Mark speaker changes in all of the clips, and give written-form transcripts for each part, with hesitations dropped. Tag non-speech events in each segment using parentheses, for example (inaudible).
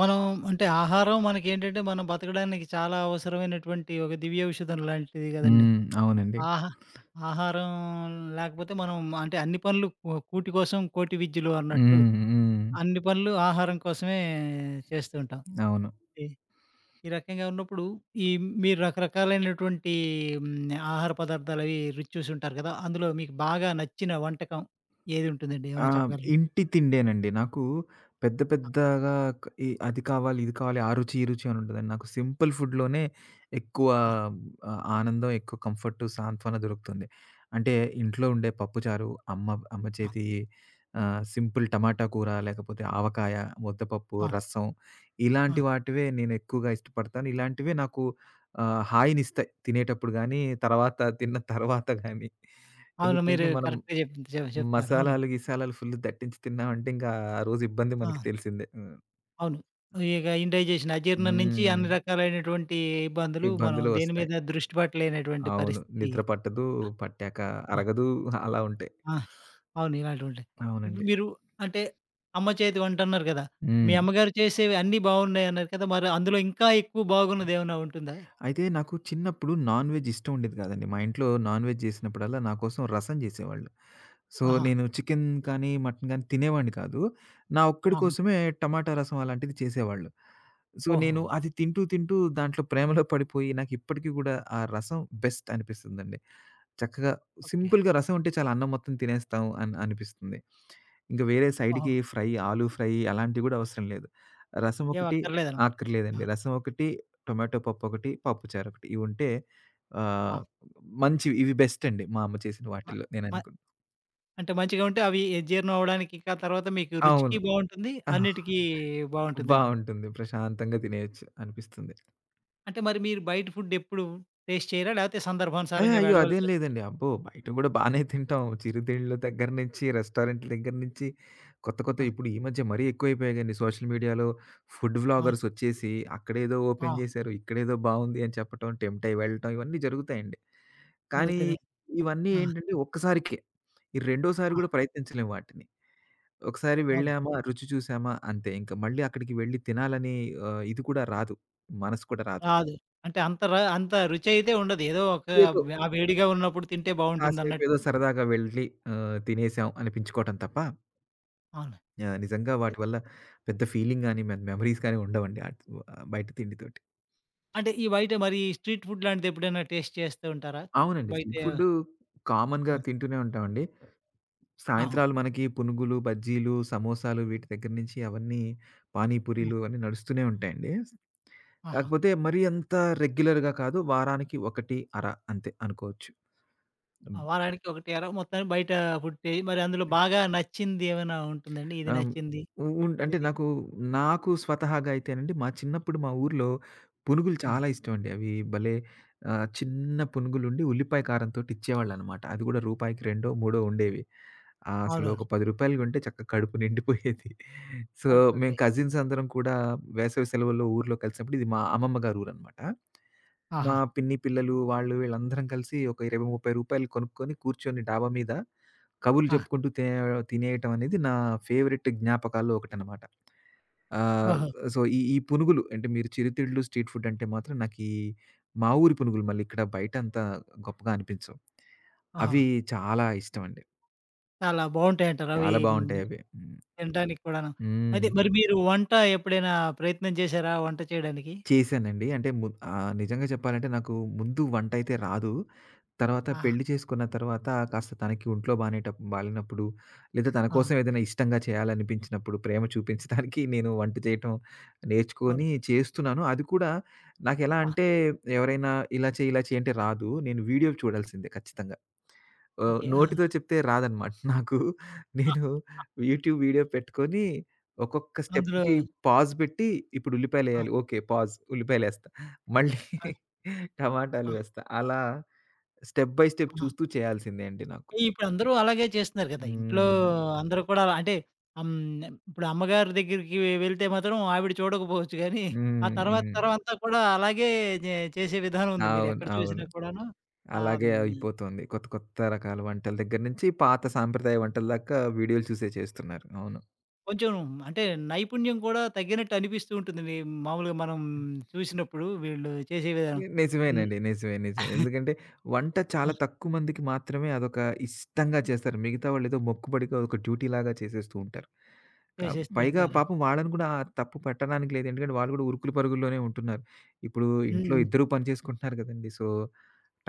Speaker 1: మనం అంటే ఆహారం మనకేంటంటే మనం బతకడానికి చాలా అవసరమైనటువంటి ఒక దివ్య ఔషధం లాంటిది కదండీ.
Speaker 2: హ్మ్. అవునండి.
Speaker 1: ఆహా! ఆహారం లేకపోతే మనం అంటే అన్ని పనులు కూటి కోసం కోటి విద్యలు అన్నట్టు.
Speaker 2: హ్మ్. హ్మ్.
Speaker 1: అన్ని పనులు ఆహారం కోసమే చేస్తూ ఉంటాం.
Speaker 2: అవును.
Speaker 1: ఈ ఈ రకంగా ఉన్నప్పుడు ఈ మీరు రకరకాలైనటువంటి హ్మ్, ఆహార పదార్థాలు అవి రుచి చూసి ఉంటారు కదా! అందులో మీకు బాగా నచ్చిన వంటకం ఏది ఉంటుందండి?
Speaker 2: ఆ!
Speaker 1: ఏమైనా చెప్పగలరా?
Speaker 2: ఇంటి తిండేనండి. నాకు పెద్ద
Speaker 1: ఆ!
Speaker 2: పెద్దగా క్ ఈ అది కావాలి, ఇది కావాలి, ఆ రుచి, ఈ రుచి అని ఉండదండి. నాకు సింపుల్ ఫుడ్‌లోనే ఎక్కువ
Speaker 1: ఆ!
Speaker 2: ఆనందం, ఎక్కువ కంఫర్ట్, సాంత్వన దొరుకుతుంది. అంటే ఇంట్లో ఉండే పప్పుచారు, అమ్మ అమ్మ
Speaker 1: ఆ!
Speaker 2: చేతి సింపుల్ టమాటా కూర, లేకపోతే ఆవకాయ, ముద్దపప్పు,
Speaker 1: ఆ!
Speaker 2: రసం
Speaker 1: ఆ!
Speaker 2: ఇలాంటి వాటివే నేను ఎక్కువగా ఇష్టపడతాను. ఇలాంటివే నాకు హాయినిస్తాయి తినేటప్పుడు గానీ, తర్వాత తిన్న తర్వాత గానీ.
Speaker 1: అవును.
Speaker 2: ఎందుకంటే
Speaker 1: మీరు
Speaker 2: మనం
Speaker 1: కరెక్ట్‌గా చెప్ చెప్ చెప్తున్నారు. అవును.
Speaker 2: మసాలాలు, గిసాలాలు ఫుల్ దట్టించి తిన్నామంటే ఇంకా ఆ రోజు ఇబ్బంది
Speaker 1: ఆ!
Speaker 2: మనకి తెలిసిందే. హ్మ్.
Speaker 1: అవును. ఇక ఇండైజెషన్ అజీర్ణం నుంచి
Speaker 2: హ్మ్.
Speaker 1: అన్ని రకాలైనటువంటి ఇబ్బందులు మనం
Speaker 2: ఇబ్బందులు
Speaker 1: దేని
Speaker 2: వస్తాయి.
Speaker 1: మీద దృష్టి పెట్టలేనటువంటి
Speaker 2: అవును.
Speaker 1: పరిస్థితి.
Speaker 2: నిద్ర పట్టదు, పట్టాక
Speaker 1: ఆ!
Speaker 2: అరగదు, అలా ఉంటాయి.
Speaker 1: ఆ! అవును. ఇలాంటివి ఉంటాయి.
Speaker 2: అవునండి.
Speaker 1: ఇప్పుడు మీరు అంటే అమ్మ చేతి వంట అన్నారు కదా! మీ
Speaker 2: హ్మ్.
Speaker 1: అమ్మగారు చేసేవి అన్నీ బాగున్నాయన్నారు కదా! మరి అందులో ఇంకా ఎక్కువ బాగున్నదేమైనా ఉంటుందా?
Speaker 2: అయితే నాకు చిన్నప్పుడు నాన్ వెజ్ ఇష్టం ఉండేది కాదండి. మా ఇంట్లో నాన్ వెజ్ చేసినప్పుడల్లా నా కోసం రసం చేసేవాళ్ళు. సో,
Speaker 1: ఆహా!
Speaker 2: నేను చికెన్ కానీ, మటన్ కానీ తినేవాడిని కాదు. నా ఒక్కడి
Speaker 1: ఆహా!
Speaker 2: కోసమే టమాటా రసం అలాంటిది చేసేవాళ్ళు. సో, నేను
Speaker 1: ఓహోహో!
Speaker 2: అది తింటూ, తింటూ దాంట్లో ప్రేమలో పడిపోయి నాకిప్పటికి కూడా ఆ రసం బెస్ట్ అనిపిస్తుందండి. చక్కగా
Speaker 1: ఓకే.
Speaker 2: సింపుల్‌గా రసం ఉంటే చాలు అన్నం మొత్తం తినేస్తాం అని అనిపిస్తుంది. ఇంక వేరే
Speaker 1: ఓహో!
Speaker 2: సైడ్‌కి ఫ్రై, ఆలు ఫ్రై అలాంటివి గూడా అవసరం లేదు. రసం
Speaker 1: ఏమి
Speaker 2: ఒకటి
Speaker 1: అక్కర్లేదనమాట.
Speaker 2: అక్కర్లేదండి.
Speaker 1: ఆ!
Speaker 2: రసం ఒకటి, టొమాటో పప్పు ఒకటి, పప్పుచారు ఒకటి ఇవుంటే
Speaker 1: ఆ!
Speaker 2: ఆహ్, మంచివి. ఇవి బెస్ట్ అండి మా అమ్మ చేసిన
Speaker 1: మ
Speaker 2: వాటిల్లో
Speaker 1: మ అంటే మంచిగా ఉంటే అవి జీర్ణం అవ్వడానికి ఇంకా తర్వాత మీకు రుచికి
Speaker 2: అవును.
Speaker 1: బావుంటుంది. అన్నిటికి బావుంటుందంటారు.
Speaker 2: బావుంటుంది. ప్రశాంతంగా తినేయొచ్చు అనిపిస్తుంది.
Speaker 1: అంటే మరి మీరు బయట ఫుడ్ ఎప్పుడు టేస్ట్ చేయరా? లేకపోతే
Speaker 2: ఏ!
Speaker 1: సందర్భానుసారంగా
Speaker 2: అయ్యో! అదేం
Speaker 1: వెళ్ళవలసొస్
Speaker 2: లేదండి. అబ్బో! బయట గూడా బానే తింటాం. చిరుతిండ్ల దగ్గర నుంచి, రెస్టారెంట్‌ల దగ్గర నుంచి కొత్త
Speaker 1: ఆ!
Speaker 2: కొత్తవి ఇప్పుడు ఈ మధ్య మరీ ఎక్కువైపోయాయి కదండీ. సోషల్ మీడియాలో ఫుడ్
Speaker 1: ఆ!
Speaker 2: వ్లాగర్స్ వచ్చేసి అక్కడేదో
Speaker 1: ఆ!
Speaker 2: ఓపెన్ చేశారు, ఇక్కడేదో బావుంది అని చెప్పటం, టెంప్ట్ అయ్యి వెళ్ళటం ఇవన్నీ జరుగుతాయండి. కానీ
Speaker 1: దొరుకుతది.
Speaker 2: ఇవన్నీ
Speaker 1: ఆ!
Speaker 2: ఏంటంటే ఒక్కసారికే. ఈ రెండోసారి
Speaker 1: ఆ!
Speaker 2: గూడా ప్రయత్నించలేము వాటిని. ఒకసారి
Speaker 1: అవును.
Speaker 2: వెళ్ళామా, రుచి చూసామా అంతే. ఇంక మళ్ళీ అక్కడికి వెళ్లి తినాలని ఇది కూడా రాదు. మనసు కూడా రాదు.
Speaker 1: రాదు. అంటే అంత రుచయితే ఉండదు. ఏదో ఒక
Speaker 2: ఏదో
Speaker 1: ఆ వేడిగా ఉన్నప్పుడు తింటే
Speaker 2: కాసేపు
Speaker 1: బావుంటుందన్నట్టు
Speaker 2: ఏదో
Speaker 1: అనిపిస్తుంది.
Speaker 2: సరదాగా వెళ్ళి తినేసాం అనిపించుకోవటం తప్ప
Speaker 1: అవును.
Speaker 2: నిజంగా వాటి వల్ల పెద్ద ఫీలింగ్ గాని, మెమోరీస్ గాని ఉండవండి. అటు బయట తిండితోటి.
Speaker 1: అంటే ఈ బయట మరి స్ట్రీట్ ఫుడ్ లాంటిదెప్పుడైనా టేస్ట్ చేస్తూ ఉంటారా?
Speaker 2: అవునండి.
Speaker 1: బయట
Speaker 2: స్ట్రీట్ ఫుడ్డు కామన్‌గా
Speaker 1: హ్మ్.
Speaker 2: తింటూనే ఉంటామండి.
Speaker 1: ఆహా!
Speaker 2: సాయంత్రాలు మనకి పునుగులు, బజ్జీలు, సమోసాలు వీటి దగ్గర నుంచి అవన్నీ
Speaker 1: హ్మ్.
Speaker 2: పానీపూరీలు అన్నీ నడుస్తూనే ఉంటాయండి.
Speaker 1: ఆహా!
Speaker 2: కాకపోతే మరీ అంత రెగ్యులర్‌గా కాదు. వారానికి ఒకటి అర అంతే అనుకోవచ్చు.
Speaker 1: ఆ, వారానికి ఒకటేరా మొత్తానికి బయట ఫుడ్ టే మరి అందులో బాగా నచ్చింది ఏమైనా ఉంటుందండి? ఇది
Speaker 2: ఆ!
Speaker 1: నచ్చింది.
Speaker 2: ఉ ఉం అంటే
Speaker 1: ఇది
Speaker 2: నాకు స్వతహాగా అయితేనండి మా చిన్నప్పుడు మా ఊర్లో పునుగులు
Speaker 1: ఆ!
Speaker 2: చాలా ఇష్టమండి. అవి భలే చిన్న పునుగులుండి ఉల్లిపాయ కారంతోటి ఇచ్చేవాళ్ళనమాట. అది కూడా రూపాయికి రెండో, మూడో ఉండేవి. అసలు
Speaker 1: అవునవును.
Speaker 2: ఒక రూ. 10 కొంటే చక్కగా కడుపు నిండిపోయేది. సో,
Speaker 1: అవును,
Speaker 2: మేము
Speaker 1: అవును.
Speaker 2: కజిన్స్ అందరం కూడా వేసవి సెలవుల్లో ఊర్లో కలిసినప్పుడు, ఇది మా అమ్మమ్మ గారి ఊరనమాట. మా
Speaker 1: ఆహా!
Speaker 2: పిన్ని పిల్లలు వాళ్ళు వీళ్ళందరం కలిసి ఒక రూ. 20, రూ. 30 కొనుక్కొని కూర్చొని డాబా మీద కబుర్లు
Speaker 1: ఆ!
Speaker 2: చెప్పుకుంటూ తినేయటం అనేది నా ఫేవరెట్ జ్ఞాపకాల్లో ఒకటనమాట. ఆహ్,
Speaker 1: ఓహో!
Speaker 2: సో, ఈ ఈ పునుగులు, అంటే మీరు చిరుతిళ్ళు, స్ట్రీట్ ఫుడ్ అంటే మాత్రం నాకీ మా ఊరి పునుగులు మళ్ళీ ఇక్కడ బయట అంత గొప్పగా అనిపించవు.
Speaker 1: ఓహో!
Speaker 2: అవి చాలా ఇష్టమండి.
Speaker 1: చాలా బావుంటాయంటారు. అవి
Speaker 2: చాలా
Speaker 1: హ్మ్.
Speaker 2: బావుంటాయవి. హ్మ్.
Speaker 1: తినడానికి కూడాను.
Speaker 2: హ్మ్.
Speaker 1: అయితే మరి మీరు వంట ఎప్పుడైనా ప్రయత్నం చేశారా వంట చేయడానికి?
Speaker 2: చేశానండి. అంటే నిజంగా చెప్పాలంటే నాకు ముందు వంటయితే రాదు. తర్వాత
Speaker 1: ఆహా!
Speaker 2: పెళ్లి చేసుకున్న తర్వాత కాస్త తనకి ఒంట్లో బాలేనప్పుడు, లేదా తన
Speaker 1: ఆ!
Speaker 2: కోసం ఏదైనా ఇష్టంగా చేయాలనిపించినప్పుడు, ప్రేమ చూపించడానికి నేను వంట చేయటం
Speaker 1: అవును.
Speaker 2: నేర్చుకొని చేస్తున్నాను. అది కూడా నాకెలా
Speaker 1: ఆ!
Speaker 2: అంటే ఎవరైనా ఇలా చెయి, ఇలా చెయి అంటే రాదు. నేను వీడియో చూడాల్సిందే ఖచ్చితంగా.
Speaker 1: ఓకే. ఆ!
Speaker 2: నోటితో చెప్తే రాదనమాట. (laughs) నాకు
Speaker 1: ఆ!
Speaker 2: నేను యూట్యూబ్ వీడియో పెట్టుకొని ఒక్కొక్క
Speaker 1: అందులో
Speaker 2: స్టెప్‌కి పాజ్ పెట్టి, ఇప్పుడు
Speaker 1: ఆ!
Speaker 2: ఉల్లిపాయలేయాలి. ఓకే. పాజ్. ఉల్లిపాయలేస్తా. మళ్ళీ
Speaker 1: ఆ!
Speaker 2: (laughs) టమాటాలు
Speaker 1: ఆ!
Speaker 2: వేస్తా. అలా స్టెప్ బై స్టెప్
Speaker 1: ఆహా!
Speaker 2: చూస్తూ చేయాల్సిందే అండి నాకు.
Speaker 1: ఇప్పుడందరూ అలాగే చేస్తున్నారు కదా! ఇంట్లో
Speaker 2: హ్మ్.
Speaker 1: అందరూ కూడా అలా- అంటే హ్మ్. ఇప్పుడు అమ్మగారి దగ్గరికి వెళ్తే మాత్రం ఆవిడ చూడకపోవచ్చు గానీ, ఆ
Speaker 2: హ్మ్.
Speaker 1: తర్వాత
Speaker 2: హ్మ్.
Speaker 1: తరమంతా కూడా అలాగే జే చేసే విధానం ఉంది.
Speaker 2: అవును.
Speaker 1: మీరెక్కడ
Speaker 2: అవును.
Speaker 1: చూసినా కూడాను. ఆహ్,
Speaker 2: అలాగే
Speaker 1: హ్మ్.
Speaker 2: అయిపోతుంది. కొత్త కొత్త రకాల వంటల దగ్గర నుంచి పాత సాంప్రదాయ వంటల దాకా వీడియోలు చూసే చేస్తున్నారు. అవును.
Speaker 1: కొంచెం అంటే నైపుణ్యం కూడా తగ్గినట్టు అనిపిస్తూ ఉంటుందండి. మామూలుగా మనం చూసినప్పుడు వీళ్ళు చేసే విధానం. హ్మ్.
Speaker 2: నిజమేనండి. నిజమే. నిజమే. ఎందుకంటే వంట
Speaker 1: ఆ!
Speaker 2: చాలా తక్కువ మందికి మాత్రమే అదొక ఇష్టంగా చేస్తారు. మిగతా వాళ్ళేదో మొక్కుబడిగా ఒక డ్యూటీ లాగా చేసేస్తూ ఉంటారు. హ్మ్.
Speaker 1: చేసేస్తూ
Speaker 2: పైగా
Speaker 1: ఉంటారు.
Speaker 2: పాపం వాళ్ళని కూడా ఆ తప్పు పట్టడానికి లేదు. ఎందుకంటే వాళ్ళు కూడా ఉరుకులు పరుగుల్లోనే ఉంటున్నారు. ఇప్పుడు ఇంట్లో
Speaker 1: హ్మ్.
Speaker 2: ఇద్దరు పని చేసుకుంటున్నారు కదండీ! సో,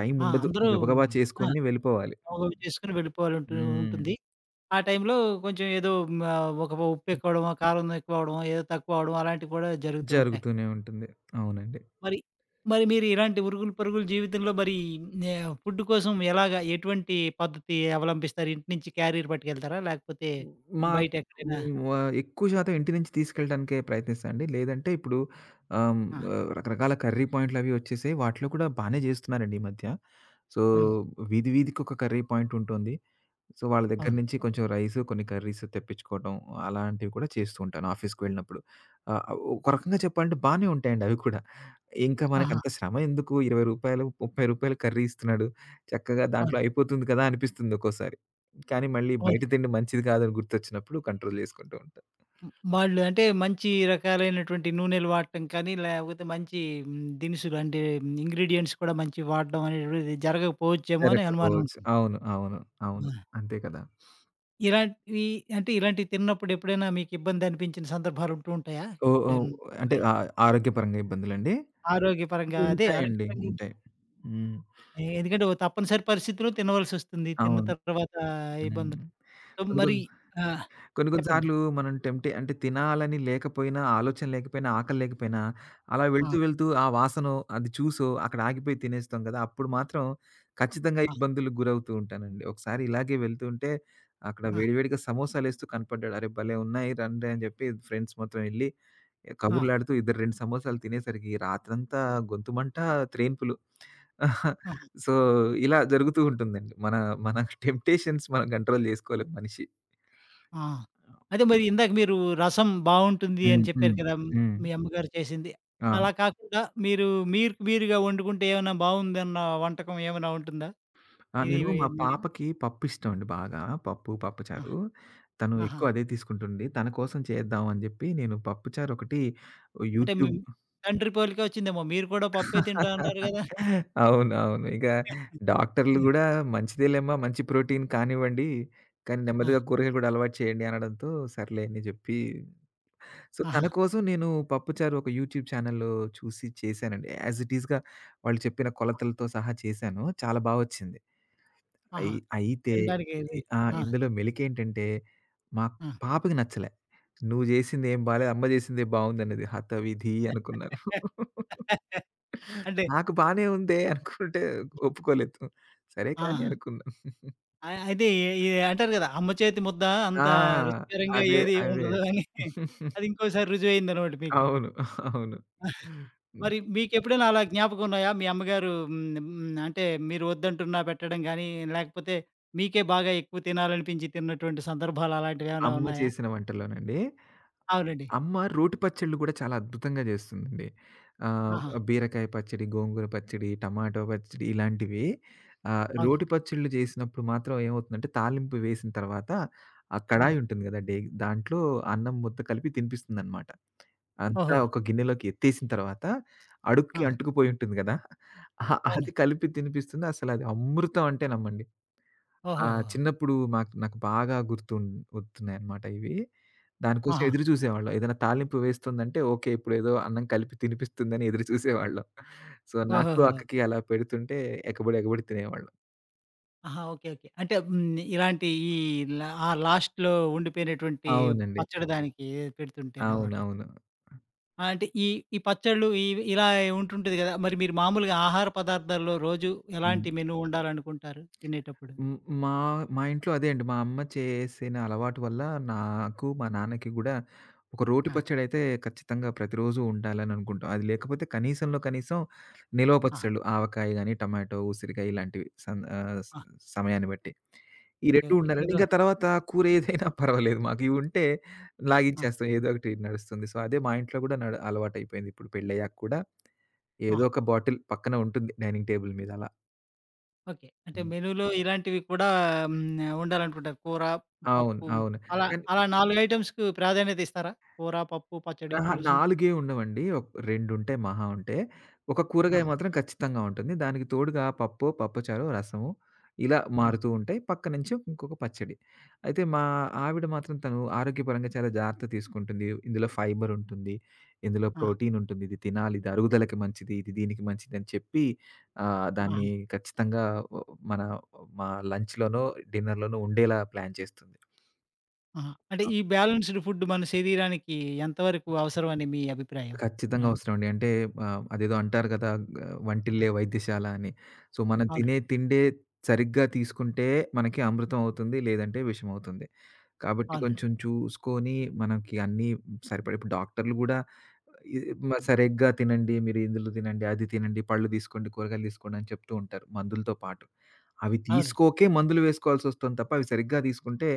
Speaker 2: టైం
Speaker 1: ఆ!
Speaker 2: ఉండదు.
Speaker 1: అందరూ
Speaker 2: గబగబా
Speaker 1: ఆ!
Speaker 2: చేసుకొని వెళ్ళిపోవాలి.
Speaker 1: స్టవ్ చేసుకొని వెళ్ళిపోవాలంటూ
Speaker 2: హ్మ్.
Speaker 1: ఉంటుంది. ఆ టైంలో కొంచెం ఏదో ఆహ్, ఒక ఉప్పు ఎక్కువడమో, కారం ఎక్కువవడమో, ఏదో తక్కువ అవ్వడం అలాంటివి కూడా జరుగుతూ ఉంటాయి.
Speaker 2: జరుగుతూనే ఉంటుంది. అవునండి.
Speaker 1: మరి మరి మీరు ఇలాంటి ఉరుగులు పరుగుల జీవితంలో మరి నే ఫుడ్ కోసం ఎలాగా ఎటువంటి పద్ధతి అవలంబిస్తారు? ఇంటి నుంచి క్యారియర్ పట్టుకెళ్తారా? లేకపోతే
Speaker 2: హ్మ్. మా
Speaker 1: బయట ఎక్కడైనా
Speaker 2: హ్మ్. ఎక్కువ శాతం ఇంటి నుంచి తీసుకెళ్ళడానికే ప్రయత్నిస్తానండి. లేదంటే ఇప్పుడు ఆహ్,
Speaker 1: ఆ!
Speaker 2: రకరకాల కర్రీ పాయింట్‌లవి వచ్చేసాయి. వాటిలో కూడా బానే జేస్తున్నారండి ఈ మధ్య. సో,
Speaker 1: హ్మ్.
Speaker 2: వీధి వీధికొక కర్రీ పాయింట్ ఉంటుంది. సో, వాళ్ళ దగ్గర
Speaker 1: అవును.
Speaker 2: నుంచి కొంచెం రైసు, కొన్ని కర్రీస్ తెప్పించుకోవడం అలాంటివి కూడా చేస్తూ ఉంటాను ఆఫీస్‌కి వెళ్ళినప్పుడు. ఆహ్, ఒక రకంగా చెప్పాలంటే బానే ఉంటాయండి అవి కూడా. ఇంకా
Speaker 1: ఆహా!
Speaker 2: మనకంత శ్రమ ఎందుకు? రూ. 20, రూ. 30 కర్రీ ఇస్తున్నాడు. చక్కగా
Speaker 1: అవును.
Speaker 2: దాంట్లో అయిపోతుంది కదా అనిపిస్తుంది ఒక్కోసారి. కానీ మళ్ళీ బయట
Speaker 1: అవును.
Speaker 2: తిండి మంచిది కాదని గుర్తొచ్చినప్పుడు కంట్రోల్ చేసుకుంటూ ఉంటాం.
Speaker 1: హ్మ్. వాళ్ళు అంటే మంచి రకాలైనటువంటి నూనెలు వాడటం కానీ, లేకపోతే మంచి దినుసులు అంటే ఇంగ్రీడియెంట్స్ కూడా మంచివి వాడడం అనేటువంటిది జరగకపోవచ్చేమో అని అనుమానం
Speaker 2: జరగకపోవచ్చు.
Speaker 1: ఉంటుంది.
Speaker 2: అవును. అవును. అవును.
Speaker 1: ఆ!
Speaker 2: అంతే కదా!
Speaker 1: ఇలాంటివి అంటే ఇలాంటివి తిన్నప్పుడు ఎప్పుడైనా మీకు ఇబ్బంది అనిపించిన సందర్భాలు ఉంటూ ఉంటాయా?
Speaker 2: ఓహ్! ఓహ్!
Speaker 1: ఎప్పుడైనా?
Speaker 2: అంటే
Speaker 1: మరి
Speaker 2: ఆరోగ్యపరంగా ఇబ్బందులండి?
Speaker 1: ఆరోగ్యపరంగా అదే
Speaker 2: ఉంటాయండి.
Speaker 1: ఆరోగ్యపరంగా
Speaker 2: ఉంటాయి. హ్మ్.
Speaker 1: ఎందుకంటే ఓ తప్పనిసరి పరిస్థితిలో తినవలసొస్తుంది. తిన్న
Speaker 2: అవును.
Speaker 1: తర్వాత
Speaker 2: హ్మ్.
Speaker 1: ఇబ్బందులు.
Speaker 2: కొన్ని
Speaker 1: మరి
Speaker 2: కొన్ని
Speaker 1: ఆ!
Speaker 2: కొన్ని కొన్ని
Speaker 1: చెప్పండి.
Speaker 2: సార్లు మనం అంటే తినాలని లేకపోయినా, ఆలోచన లేకపోయినా, ఆకలి లేకపోయినా అలా
Speaker 1: ఆ!
Speaker 2: వెళ్తూ, వెళ్తూ ఆ వాసనో, అది చూసో అక్కడ ఆగిపోయి తినేస్తాం కదా! అప్పుడు మాత్రం ఖచ్చితంగా
Speaker 1: ఆ!
Speaker 2: ఇబ్బందులకు గురవుతూ ఉంటానండి. ఒకసారి ఇలాగే వెళ్తుంటే అక్కడ
Speaker 1: ఆ!
Speaker 2: వేడివేడిగా సమోసాలేస్తూ కనపడ్డాడు. "అరే భలే ఉన్నాయి రండి" అని చెప్పి ఫ్రెండ్స్ మొత్తం ఎళ్లి
Speaker 1: ఆ!
Speaker 2: కబుర్లాడుతూ ఇద్దరు 2 సమోసాలు తినేసరికి రాత్రంతా గొంతు మంట, త్రేన్పులు. (laughs)
Speaker 1: ఆ!
Speaker 2: సో, ఇలా జరుగుతూ ఉంటుందండి. మన మన టెంప్టేషన్స్ మనం కంట్రోల్ చేసుకోలేం మనిషి.
Speaker 1: ఆ! అదే మరి ఇందాక మీరు రసం బావుంటుంది
Speaker 2: హ్మ్.
Speaker 1: అని చెప్పారు
Speaker 2: హ్మ్.
Speaker 1: కదా!
Speaker 2: హ్మ్.
Speaker 1: మీ అమ్మగారు చేసింది.
Speaker 2: ఆ!
Speaker 1: అలా కాకుండా మీరు మీరు మీరుగా వండుకుంటే ఏమైనా బావుందన్న వంటకం ఏమైనా ఉంటుందా?
Speaker 2: ఆ!
Speaker 1: ఇది
Speaker 2: నేను
Speaker 1: మీ
Speaker 2: మా పాపకి పప్పు ఇష్టం అండి బాగా. పప్పు,
Speaker 1: ఆ!
Speaker 2: పప్పుచారు. తను
Speaker 1: ఆహా!
Speaker 2: ఎక్కువ అదే తీసుకుంటుంది. తన కోసం చేద్దాం అని జెప్పి నేను పప్పుచారు ఒకటి
Speaker 1: అంటే మీ
Speaker 2: యూట్యూబ్
Speaker 1: తండ్రి పోలికే వచ్చిందేమో. మీరు కూడా పప్పే తింటా అన్నారు గదా!
Speaker 2: (laughs) అవును. అవును. ఇక డాక్టర్లు గూడా మంచిదేలేమ్మా మంచి ప్రోటీన్ కానివ్వండి. కానీ
Speaker 1: ఆ!
Speaker 2: నెమ్మదిగా కూరగాయలు గూడా అలవాటు చేయండి అనడంతో సర్లే అని జెప్పి సో,
Speaker 1: ఆహా!
Speaker 2: తన కోసం నేను పప్పుచారు ఒక యూట్యూబ్ ఛానెల్‌లో చూసి చేశానండి. యాస్ ఇట్ ఈస్‌గా వాళ్ళు చెప్పిన కొలతలతో సహా చేశాను. చాలా బా వచ్చింది.
Speaker 1: ఆహా!
Speaker 2: అయితే
Speaker 1: తినడానికి ఇది
Speaker 2: ఆ!
Speaker 1: ఆ!
Speaker 2: ఇందులో మెలికేంటంటే, మా
Speaker 1: ఆ!
Speaker 2: పాపకి నచ్చలే. "నువ్వు జేసింది ఏం బాలేదు. అమ్మ జేసిందే బావుందన్నది." హతవిధి అనుకున్నాను.
Speaker 1: అంటే
Speaker 2: నాకు బానే ఉందే అనుకుంటే ఒప్పుకోలేదు. సరే కానీ
Speaker 1: ఆహా!
Speaker 2: అనుకున్నాను.
Speaker 1: అయితే అంటారు గదా! అమ్మ చేతి ముద్ద అంత
Speaker 2: ఆ!
Speaker 1: రుచికరంగా
Speaker 2: అదే.
Speaker 1: ఏది
Speaker 2: అదే.
Speaker 1: ఉండదు అని. అది ఇంకోసారి రుజువయిందనమాట మీకు.
Speaker 2: అవును. అవును. హ్మ్.
Speaker 1: మరి మీకెప్పుడైనా అలా జ్ఞాపకం ఉన్నాయా? మీ అమ్మగారు హ్మ్, హ్మ్, అంటే మీరు వద్దంటున్నా పెట్టడం గానీ, లేకపోతే మీకే బాగా ఎక్కువ తినాలనిపించి తిన్నటువంటి సందర్భాలు అలాంటివేమైనా
Speaker 2: అమ్మ
Speaker 1: ఉన్నాయా?
Speaker 2: చేసిన వంటల్లోనండి.
Speaker 1: అవునండి.
Speaker 2: అమ్మ రోటి పచ్చళ్ళు గూడా చాలా అద్భుతంగా జేస్తుందండి. ఆహ్,
Speaker 1: ఆహా!
Speaker 2: బీరకాయ పచ్చడి, గోంగూర పచ్చడి, టమాటో పచ్చడి ఇలాంటివి.
Speaker 1: అవును.
Speaker 2: రోటి పచ్చళ్ళు జేసినప్పుడు మాత్రం ఏమవుతుందంటే, తాలింపు వేసిన తర్వాత ఆ కడాయి
Speaker 1: హ్మ్.
Speaker 2: ఉంటుంది గదా! దాంట్లో అన్నం ముద్ద కలిపి తినిపిస్తుందనమాట. అంతా
Speaker 1: ఓహో!
Speaker 2: ఒక గిన్నెలోకి ఎత్తేసిన తర్వాత అడుక్కి
Speaker 1: ఆ!
Speaker 2: అంటుకుపోయి ఉంటుంది గదా! అహా!
Speaker 1: అవును.
Speaker 2: అది కలిపి తినిపిస్తుంది. అసలది అమృతం అంటే నమ్మండి. ఆ!
Speaker 1: ఓహోహో!
Speaker 2: చిన్నప్పుడు మాకు నాకు బాగా గుర్తున్నాయన్నమాట ఇవి. దానికోసం
Speaker 1: ఆహా!
Speaker 2: ఎదురు చూసేవాళ్ళం. ఏదైనా తాలింపు వేస్తుందంటే ఓకే. ఇప్పుడేదో అన్నం కలిపి తినిపిస్తుందని ఎదురు చూసేవాళ్ళం. సో, నాకు
Speaker 1: ఓహోహో!
Speaker 2: అక్కకి అలా పెడుతుంటే ఎగబడి ఎగబడి తినేవాళ్ళం.
Speaker 1: ఆహా! ఓకే. ఓకే. అంటే హ్మ్, ఇలాంటి ఈ ఆ లాస్ట్‌లో ఉండిపోయినటువంటి
Speaker 2: అవునండి.
Speaker 1: పచ్చడి దానికి పెడుతుంటేననమాట.
Speaker 2: అవునవును.
Speaker 1: ఆ! అంటే ఈ ఈ పచ్చళ్ళు ఇవి ఇలా ఉంటుంటది గదా! మరి మీరు మామూలుగా ఆహార పదార్థాల్లో రోజు
Speaker 2: హ్మ్.
Speaker 1: ఎలాంటి మెను ఉండాలనుకుంటారు తినేటప్పుడు?
Speaker 2: హ్మ్. మా మా ఇంట్లో అదే అండి. మా అమ్మ చేసిన అలవాటు వల్ల నాకు, మా నాన్నకి గూడా ఒక రోటి
Speaker 1: ఆ!
Speaker 2: పచ్చడైతే ఖచ్చితంగా ప్రతిరోజు ఉండాలని అనుకుంటాం. అది లేకపోతే కనీసంలో కనీసం నిలవ
Speaker 1: ఆ!
Speaker 2: పచ్చళ్ళు ఆవకాయ గాని, టమాటో, ఉసిరికాయ ఇలాంటివి
Speaker 1: ఆ!
Speaker 2: సమయాన్ని బట్టి. ఈ
Speaker 1: ఓకే.
Speaker 2: 2
Speaker 1: ఓకే.
Speaker 2: ఉండాలండి.
Speaker 1: ఏదో
Speaker 2: ఇంకా తర్వాత కూర ఏదైనా పర్వాలేదు మాకు. ఇవి ఉంటే
Speaker 1: ఆ!
Speaker 2: లాగించేస్తాం. ఏదో ఒకటి నడుస్తుంది. సో, అదే మా ఇంట్లో గూడా అలవాటయిపోయింది. ఇప్పుడు పెళ్ళయ్యాక కూడా ఏదో
Speaker 1: ఆ!
Speaker 2: ఒక బాటిల్ పక్కన ఉంటుంది డైనింగ్ టేబుల్ మీద అలా.
Speaker 1: ఓకే. అంటే మెనూలో ఇలాంటివి కూడా హ్మ్. ఉండాలనుకుంటారు. కూర,
Speaker 2: అవును.
Speaker 1: పప్పు
Speaker 2: అవును.
Speaker 1: అలా
Speaker 2: కానీ
Speaker 1: అలా 4 ఐటెమ్స్‌కు ప్రాధాన్యత ఇస్తారా? కూర, పప్పు, పచ్చడి,
Speaker 2: అహా!
Speaker 1: పులుసు.
Speaker 2: 4 ఏం ఉండవండి. 2 ఉంటాయి మహా ఉంటే. ఒక కూరగాయ
Speaker 1: ఆహా!
Speaker 2: మాత్రం ఖచ్చితంగా ఉంటుంది. దానికి తోడుగా పప్పో, పప్పుచారో, రసము ఇలా
Speaker 1: హ్మ్.
Speaker 2: మారుతూ ఉంటాయి. పక్క నుంచి ఇంకొక పచ్చడి. అయితే మా ఆవిడ మాత్రం తను ఆరోగ్యపరంగా చాలా జాగ్రత్త తీసుకుంటుంది. ఇందులో ఫైబర్ ఉంటుంది. ఇందులో
Speaker 1: ఆ!
Speaker 2: ప్రోటీన్ ఉంటుంది. ఇది తినాలి. ఇది అరుగుదలకి మంచిది. ఇది దీనికి మంచిది అని చెప్పి
Speaker 1: ఆహా!
Speaker 2: దాన్ని ఖచ్చితంగా ఒ మన మా లంచ్‌లోనో, డిన్నర్‌లోనో ఉండేలా ప్లాన్ చేస్తుంది.
Speaker 1: ఆహా! అంటే ఈ బ్యాలెన్స్‌డ్ ఫుడ్ మన శరీరానికి ఎంతవరకు అవసరం అని మీ అభిప్రాయం?
Speaker 2: ఖచ్చితంగా
Speaker 1: ఇలాంటి
Speaker 2: అవసరమండి. అంటే అదేదో అంటారు కదా! వంటిల్లే వైద్యశాల అని. సో, మనం తినే
Speaker 1: అవునండి.
Speaker 2: తిండే సరిగ్గా తీసుకుంటే మనకి అమృతం అవుతుంది. లేదంటే విషం అవుతుంది. కాబట్టి
Speaker 1: అవునండి.
Speaker 2: కొంచెం చూసుకొని మనకి అన్నీ సరిపడే ఇప్పుడు డాక్టర్‌లు గూడా ఇ
Speaker 1: హ్మ్.
Speaker 2: సరిగ్గా తినండి. మీరు ఇందులో తినండి, అది తినండి, పళ్ళు తీసుకోండి, కూరగాయలు తీసుకోండి అని చెప్తూ ఉంటారు మందులతో పాటు. అవి
Speaker 1: అవునండి.
Speaker 2: తీసుకోకే మందులు వేసుకోవాల్సొస్తుంది తప్ప అవి సరిగ్గా తీసుకుంటే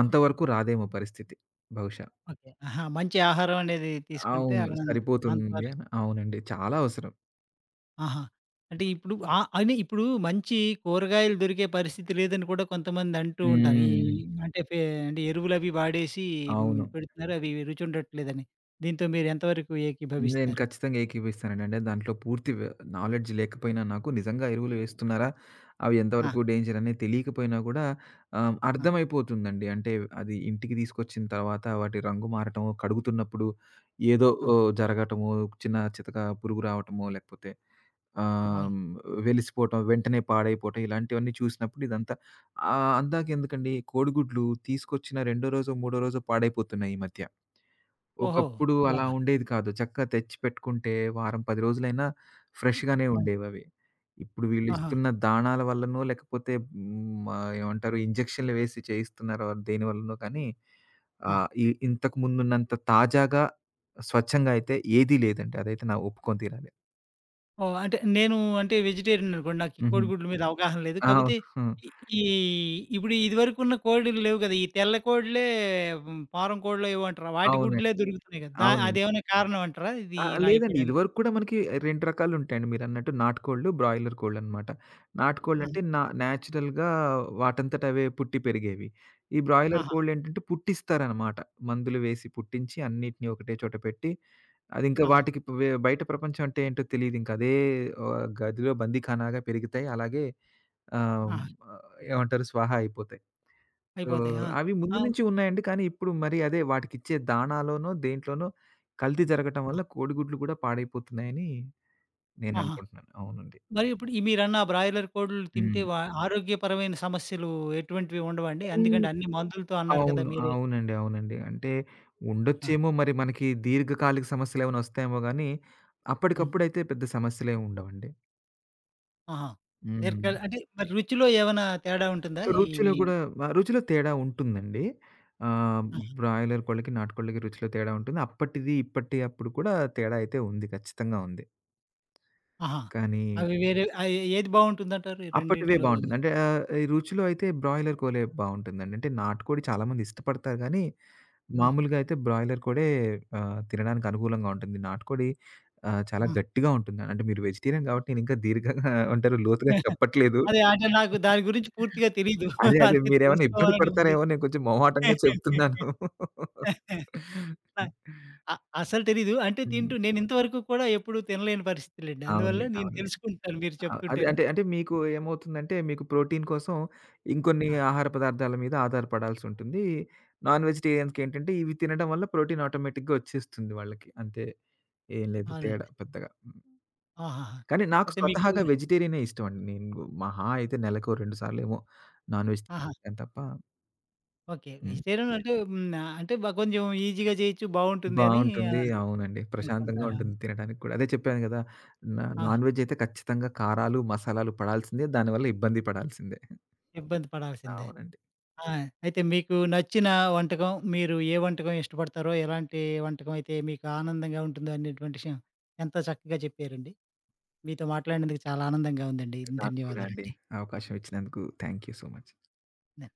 Speaker 2: అంతవరకు రాదేమో పరిస్థితి బహుశా.
Speaker 1: ఓకే. ఆహా! మంచి ఆహారం అనేది తీసుకుంటే
Speaker 2: అవును.
Speaker 1: అలా
Speaker 2: సరిపోతుంది
Speaker 1: అంతవరకు
Speaker 2: అని. అవునండి. చాలా అవసరం.
Speaker 1: ఆహా! అంటే ఇప్పుడు ఆహ్, అని ఇప్పుడు మంచి కూరగాయలు దొరికే పరిస్థితి లేదని కూడా కొంతమంది అంటూ ఉంటారు. ఈ
Speaker 2: హ్మ్.
Speaker 1: అంటే ఫే అంటే ఎరువులవి వాడేసి హ్మ్,
Speaker 2: అవును.
Speaker 1: పెడుతున్నారు. అవి రుచి ఉండట్లేదని. దీంతో మీరు ఎంతవరకు
Speaker 2: నేను
Speaker 1: ఏకీభవిస్తారు?
Speaker 2: ఖచ్చితంగా ఏకీపిస్తానండి. అంటే దాంట్లో పూర్తి నాలెడ్జ్ లేకపోయినా నాకు నిజంగా ఎరువులు వేస్తున్నారా? అవి
Speaker 1: ఆ!
Speaker 2: ఎంతవరకు డేంజర్ అనేది తెలియకపోయినా కూడా
Speaker 1: ఆ!
Speaker 2: అర్థమైపోతుందండి. అంటే అది ఇంటికి తీసుకొచ్చిన తర్వాత వాటి రంగు మారటమో, కడుగుతున్నప్పుడు ఏదో
Speaker 1: ఆ!
Speaker 2: ఓ జరగటమో, చిన్న చితక పురుగు రావటమో లేకపోతే ఆహ్,
Speaker 1: అవును.
Speaker 2: హ్మ్. వెలిసిపోవటం, వెంటనే పాడైపోవటం ఇలాంటివన్నీ చూసినప్పుడు ఇదంతా అందాకెందుకండి కోడిగుడ్లు తీసుకొచ్చిన రెండో రోజో, మూడో రోజో పాడైపోతున్నాయి ఈ మధ్య.
Speaker 1: ఓహో!
Speaker 2: ఒకప్పుడు అలా
Speaker 1: అలాగా.
Speaker 2: ఉండేది కాదు. చక్కగా తెచ్చి పెట్టుకుంటే వారం, 10 రోజులైనా ఫ్రెష్‌గానే
Speaker 1: అవును.
Speaker 2: ఉండేవవి. ఇప్పుడు
Speaker 1: ఆహా!
Speaker 2: వీళ్ళిస్తున్న దాణాల వల్లనో లేకపోతే హ్మ్. ఏమంటారు ఇంజెక్షన్‌లు వేసి చేయిస్తున్నారో దేనివల్లనో కానీ
Speaker 1: ఆ!
Speaker 2: ఇంతకు ముందున్నంత తాజాగా, స్వచ్ఛంగా అయితే ఏదీ లేదండి. అదైతే నా ఒప్పుకొని తీరాలి.
Speaker 1: ఓహ్! అంటే నేను అంటే వెజిటేరియన్ అనుకోండి. నాకు ఈ
Speaker 2: హుహు.
Speaker 1: కోడిగుడ్ల మీద అవగాహన లేదు.
Speaker 2: అవును.
Speaker 1: కాపోతే
Speaker 2: హ్మ్.
Speaker 1: ఈ ఈ ఇప్పుడు ఇదివరకున్న కోడిలు లేవు కదా! ఈ తెల్ల కోడిలే ఫారం కోడిలో ఏవో అంటారు. వాటి
Speaker 2: అవును.
Speaker 1: గుడ్లే దొరుకుతున్నాయి కదా! దా
Speaker 2: అవునండి.
Speaker 1: అదేమైనా కారణం అంటారా? ఇది
Speaker 2: ఆ!
Speaker 1: ఇలా
Speaker 2: లేదండి.
Speaker 1: అయిపోవడానికి?
Speaker 2: ఇదివరకు కూడా మనకి 2 రకాలుంటాయండి మీరన్నట్టు నాటుకోళ్ళు, బ్రాయిలర్ కోళ్ళనమాట.
Speaker 1: ఆహా!
Speaker 2: నాటుకోళ్ళంటే నేచురల్‌గా వాటంతట అవే పుట్టి పెరిగేవి. ఈ బ్రాయిలర్
Speaker 1: ఆహా!
Speaker 2: కోళ్ళేంటంటే పుట్టిస్తారనమాట. మందులు వేసి పుట్టించి అన్నిటిని ఒకటే చోట పెట్టి అదింకా
Speaker 1: ఆహా!
Speaker 2: వాటికి బయట ప్రపంచం అంటే ఏంటో తెలీదింక. అదే గదిలో బందీఖానాగా పెరుగుతాయి. అలాగే ఆహ్,
Speaker 1: ఆహా!
Speaker 2: ఏమంటారు స్వాహా అయిపోతాయి. సో,
Speaker 1: అయిపోతాయి. ఆ!
Speaker 2: అవి ముందు
Speaker 1: ఆ!
Speaker 2: నుంచి ఉన్నాయండి. కానీ ఇప్పుడు మరి అదే వాటికిచ్చే దానాలోనో, దేంట్లోనో కల్తీ జరగటం
Speaker 1: ఆ!
Speaker 2: వల్ల కోడిగుడ్లు కూడా పాడైపోతున్నాయని
Speaker 1: ఆహా!
Speaker 2: నేననుకుంటున్నాను. అవునండి.
Speaker 1: మరి ఇప్పుడు ఈ మీరన్న బ్రాయిలర్ కోడులు తింటే
Speaker 2: హ్మ్.
Speaker 1: వా ఆరోగ్యపరమైన సమస్యలు ఎటువంటివి ఉండవా అండి?
Speaker 2: హ్మ్.
Speaker 1: ఎందుకంటే అన్ని మందులతో అన్నారు కదా!
Speaker 2: అవును.
Speaker 1: మీరే.
Speaker 2: అవునండి. అవునండి. అంటే
Speaker 1: ఆ!
Speaker 2: ఉండొచ్చేమో మరి మనకి దీర్ఘకాలిక సమస్యలేమైనా వస్తాయేమో గానీ,
Speaker 1: హ్మ్.
Speaker 2: అప్పటికప్పుడైతే పెద్ద సమస్యలేమి ఉండవండి.
Speaker 1: ఆహా!
Speaker 2: హ్మ్.
Speaker 1: దీర్ఘకాల అంటే మరి రుచిలో ఏమైనా తేడా ఉంటుందా?
Speaker 2: రుచిలో
Speaker 1: ఇవి
Speaker 2: కూడా రుచిలో తేడా ఉంటుందండి. ఆహ్, బ్రాయిలర్ కోళ్ళకి, నాటుకోళ్ళకి రుచిలో తేడా ఉంటుంది. అప్పటిది, ఇప్పటి అప్పుడు కూడా తేడా అయితే ఉంది. ఖచ్చితంగా ఉంది.
Speaker 1: ఆహా!
Speaker 2: కానీ
Speaker 1: అవి వేరే ఆహ్, ఏది బావుంటుందంటారు? ఈ
Speaker 2: అప్పటివే
Speaker 1: రెండిట్లో
Speaker 2: బావుంటుంది. అంటే ఈ రుచిలో అయితే బ్రాయిలర్ కోలే బావుంటుందండి. అంటే నాటుకోడి చాలామంది ఇష్టపడతారు గానీ,
Speaker 1: ఆ!
Speaker 2: మామూలుగా అయితే బ్రాయిలర్ కోడే తినడానికి అనుకూలంగా ఉంటుంది. నాటుకోడి చాలా
Speaker 1: ఆ!
Speaker 2: గట్టిగా ఉంటుంది. అంటే మీరు వెజిటేరియన్ కాబట్టి నేను ఇంకా దీర్ఘంగా ఏమంటారు లోతుగా చెప్పట్లేదు.
Speaker 1: అదే అంటే నాకు దాని గురించి పూర్తిగా తెలీదు.
Speaker 2: అదే అదే
Speaker 1: (laughs) అదే
Speaker 2: మీరేమన్నా ఇబ్బంది
Speaker 1: తెలుసుకోవాలని ఉంది.
Speaker 2: పడతారేమో నేను కొంచెం మొహాటంగా చెప్తున్నాను. (laughs)
Speaker 1: అ అసలు తెలీదు. అంటే
Speaker 2: హ్మ్.
Speaker 1: తింటూ నేను ఇంతవరకు కూడా ఎప్పుడు తినలేని పరిస్థితులండి. అందువల్ల
Speaker 2: అవునులే.
Speaker 1: నేను
Speaker 2: అవునులే.
Speaker 1: తెలుసుకుంటాను మీరు
Speaker 2: ఆ!
Speaker 1: చెప్తుంటేను.
Speaker 2: అంటే, అంటే మీకు ఏమవుతుందంటే, మీకు ప్రోటీన్ కోసం ఇంకొన్ని
Speaker 1: ఆ!
Speaker 2: ఆహార పదార్థాల మీద ఆధారపడాల్సుంటుంది. నాన్ వెజిటేరియన్స్‌కేంటంటే, ఇవి తినడం వల్ల ప్రోటీన్ ఆటోమేటిక్‌గా వచ్చేస్తుంది వాళ్ళకి. అంతే. ఏం లేదు తేడా
Speaker 1: అవునండి.
Speaker 2: పెద్దగా. హ్మ్.
Speaker 1: ఆహాహా!
Speaker 2: కానీ నాకు
Speaker 1: అయితే మీకు
Speaker 2: స్వతహాగా వెజిటేరియనే ఇష్టమండి. నేను మహా అయితే నెలకో 2 సార్లేమో నాన్ వెజ్
Speaker 1: ఆహా!
Speaker 2: తింటాను తప్ప
Speaker 1: ఓకే.
Speaker 2: హ్మ్.
Speaker 1: వెజిటేరియన్ అంటే హ్మ్. అంటే కొంచెం ఈజీగా చేయొచ్చు బావుంటుంది అని
Speaker 2: బావుంటుంది.
Speaker 1: ఆహ్,
Speaker 2: అవునండి. ప్రశాంతంగా
Speaker 1: అనుకుంటారా?
Speaker 2: ఉంటుంది తినడానికి కూడా. అదే చెప్పాను గదా!
Speaker 1: ఆ!
Speaker 2: నాన్ వెజ్ అయితే ఖచ్చితంగా కారాలు, మసాలాలు పడాల్సిందే. దానివల్ల ఇబ్బంది పడాల్సిందే.
Speaker 1: ఇబ్బంది పడాల్సిందే.
Speaker 2: అవునండి.
Speaker 1: ఆ! అయితే మీకు నచ్చిన వంటకం, మీరు ఏ వంటకం ఇష్టపడతారో, ఎలాంటి వంటకం అయితే మీకు ఆనందంగా ఉంటుందో అనేటువంటి విషయం ఎంతో చక్కగా చెప్పారండి. మీతో మాట్లాడినందుకు చాలా ఆనందంగా ఉందండి.
Speaker 2: నాకు కూడా అండి.
Speaker 1: ధన్యవాదాలండి.
Speaker 2: అవకాశం ఇచ్చినందుకు thank you so much.
Speaker 1: The